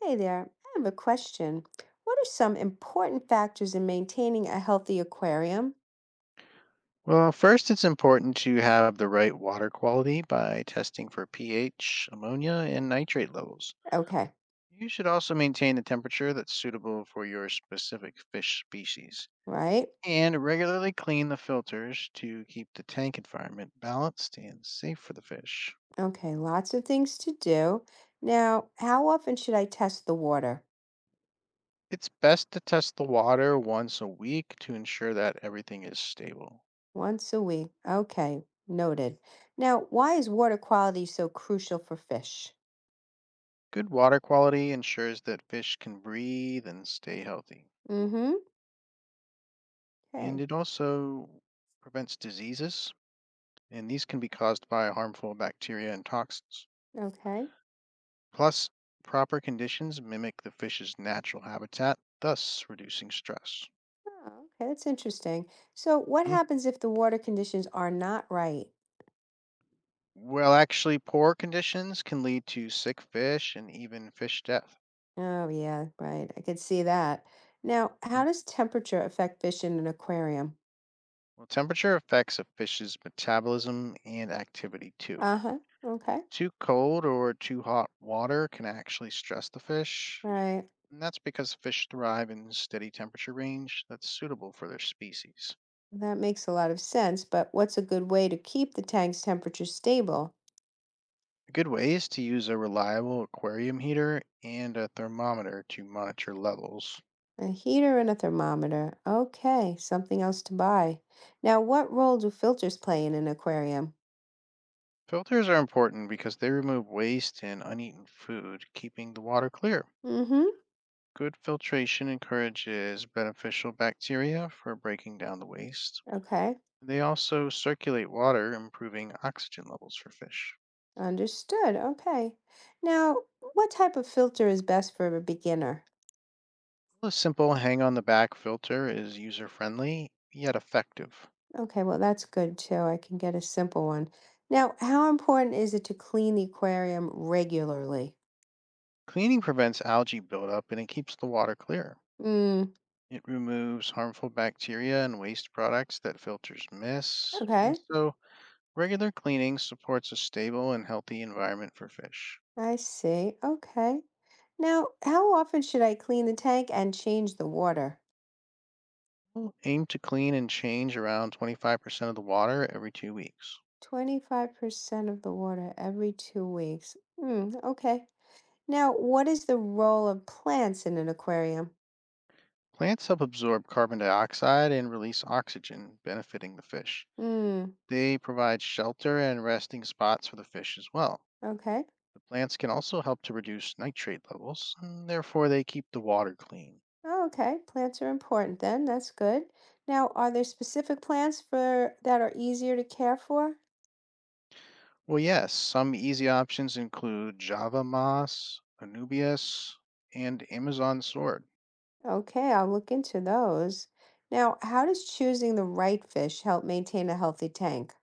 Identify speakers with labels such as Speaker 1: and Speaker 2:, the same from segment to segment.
Speaker 1: Hey there, I have a question. What are some important factors in maintaining a healthy aquarium?
Speaker 2: Well, first, it's important to have the right water quality by testing for pH, ammonia, and nitrate levels.
Speaker 1: Okay,
Speaker 2: You should also maintain a temperature that's suitable for your specific fish species.
Speaker 1: right?
Speaker 2: And regularly clean the filters to keep the tank environment balanced and safe for the fish.
Speaker 1: Okay, lots of things to do. Now, how often should I test the water?
Speaker 2: It's best to test the water once a week to ensure that everything is stable.
Speaker 1: Once a week. Okay, noted. Now, why is water quality so crucial for fish?
Speaker 2: Good water quality ensures that fish can breathe and stay healthy.
Speaker 1: Mm-hmm.
Speaker 2: And
Speaker 1: Okay,
Speaker 2: it also prevents diseases and these can be caused by harmful bacteria and toxins.
Speaker 1: okay.
Speaker 2: Plus, proper conditions mimic the fish's natural habitat, thus reducing stress.
Speaker 1: Oh, okay, that's interesting. So, what
Speaker 2: Hmm.
Speaker 1: happens if the water conditions are not right?
Speaker 2: Well, actually, poor conditions can lead to sick fish and even fish death.
Speaker 1: Oh, yeah, right. I could see that. Now,
Speaker 2: Hmm.
Speaker 1: how does temperature affect fish in an aquarium?
Speaker 2: Well, temperature affects a fish's metabolism and activity too.
Speaker 1: Uh-huh. Okay.
Speaker 2: Too cold or too hot water can actually stress the fish,
Speaker 1: Right.
Speaker 2: and that's because fish thrive in steady temperature range that's suitable for their species.
Speaker 1: That makes a lot of sense, but what's a good way to keep the tank's temperature stable?
Speaker 2: Good ways to use a reliable aquarium heater and a thermometer to monitor levels.
Speaker 1: A heater and a thermometer. Okay, something else to buy. Now, what role do filters play in an aquarium?
Speaker 2: Filters are important because they remove waste and uneaten food, keeping the water clear.
Speaker 1: Mm-hmm.
Speaker 2: Good filtration encourages beneficial bacteria for breaking down the waste.
Speaker 1: Okay.
Speaker 2: They also circulate water, improving oxygen levels for fish.
Speaker 1: Understood. Okay. Now, what type of filter is best for a beginner?
Speaker 2: A simple hang on the back filter is user friendly yet effective.
Speaker 1: Okay, well, that's good too. I can get a simple one. Now, how important is it to clean the aquarium regularly?
Speaker 2: Cleaning prevents algae buildup and it keeps the water clear.
Speaker 1: Mm,
Speaker 2: It removes harmful bacteria and waste products that filters miss. And
Speaker 1: okay,
Speaker 2: so, regular cleaning supports a stable and healthy environment for fish.
Speaker 1: I see. Okay. Now, how often should I clean the tank and change the water?
Speaker 2: We'll aim to clean and change around 25% of the water every 2 weeks.
Speaker 1: 25% of the water every 2 weeks. Mm, okay. Now, what is the role of plants in an aquarium?
Speaker 2: Plants help absorb carbon dioxide and release oxygen, benefiting the fish.
Speaker 1: Mm,
Speaker 2: They provide shelter and resting spots for the fish as well.
Speaker 1: okay.
Speaker 2: The plants can also help to reduce nitrate levels, and therefore, they keep the water clean.
Speaker 1: Oh, okay. Plants are important then. That's good. Now, are there specific plants for that are easier to care for?
Speaker 2: Well, yes, some easy options include Java Moss, Anubias, and Amazon Sword.
Speaker 1: Okay, I'll look into those. Now, how does choosing the right fish help maintain a healthy tank?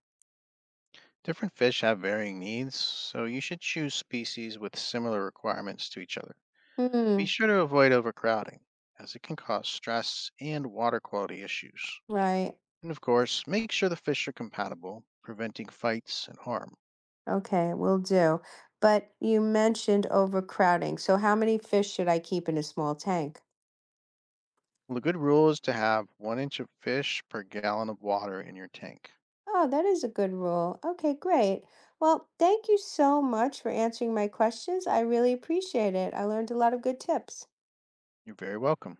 Speaker 2: Different fish have varying needs, so you should choose species with similar requirements to each other. Be
Speaker 1: Hmm,
Speaker 2: sure to avoid overcrowding, as it can cause stress and water quality issues.
Speaker 1: right.
Speaker 2: And of course, make sure the fish are compatible, preventing fights and harm.
Speaker 1: Okay, will do. But you mentioned overcrowding. So how many fish should I keep in a small tank?
Speaker 2: Well, a good rule is to have one inch of fish per gallon of water in your tank.
Speaker 1: Oh, that is a good rule. Okay, great. Well, thank you so much for answering my questions. I really appreciate it. I learned a lot of good tips.
Speaker 2: You're very welcome.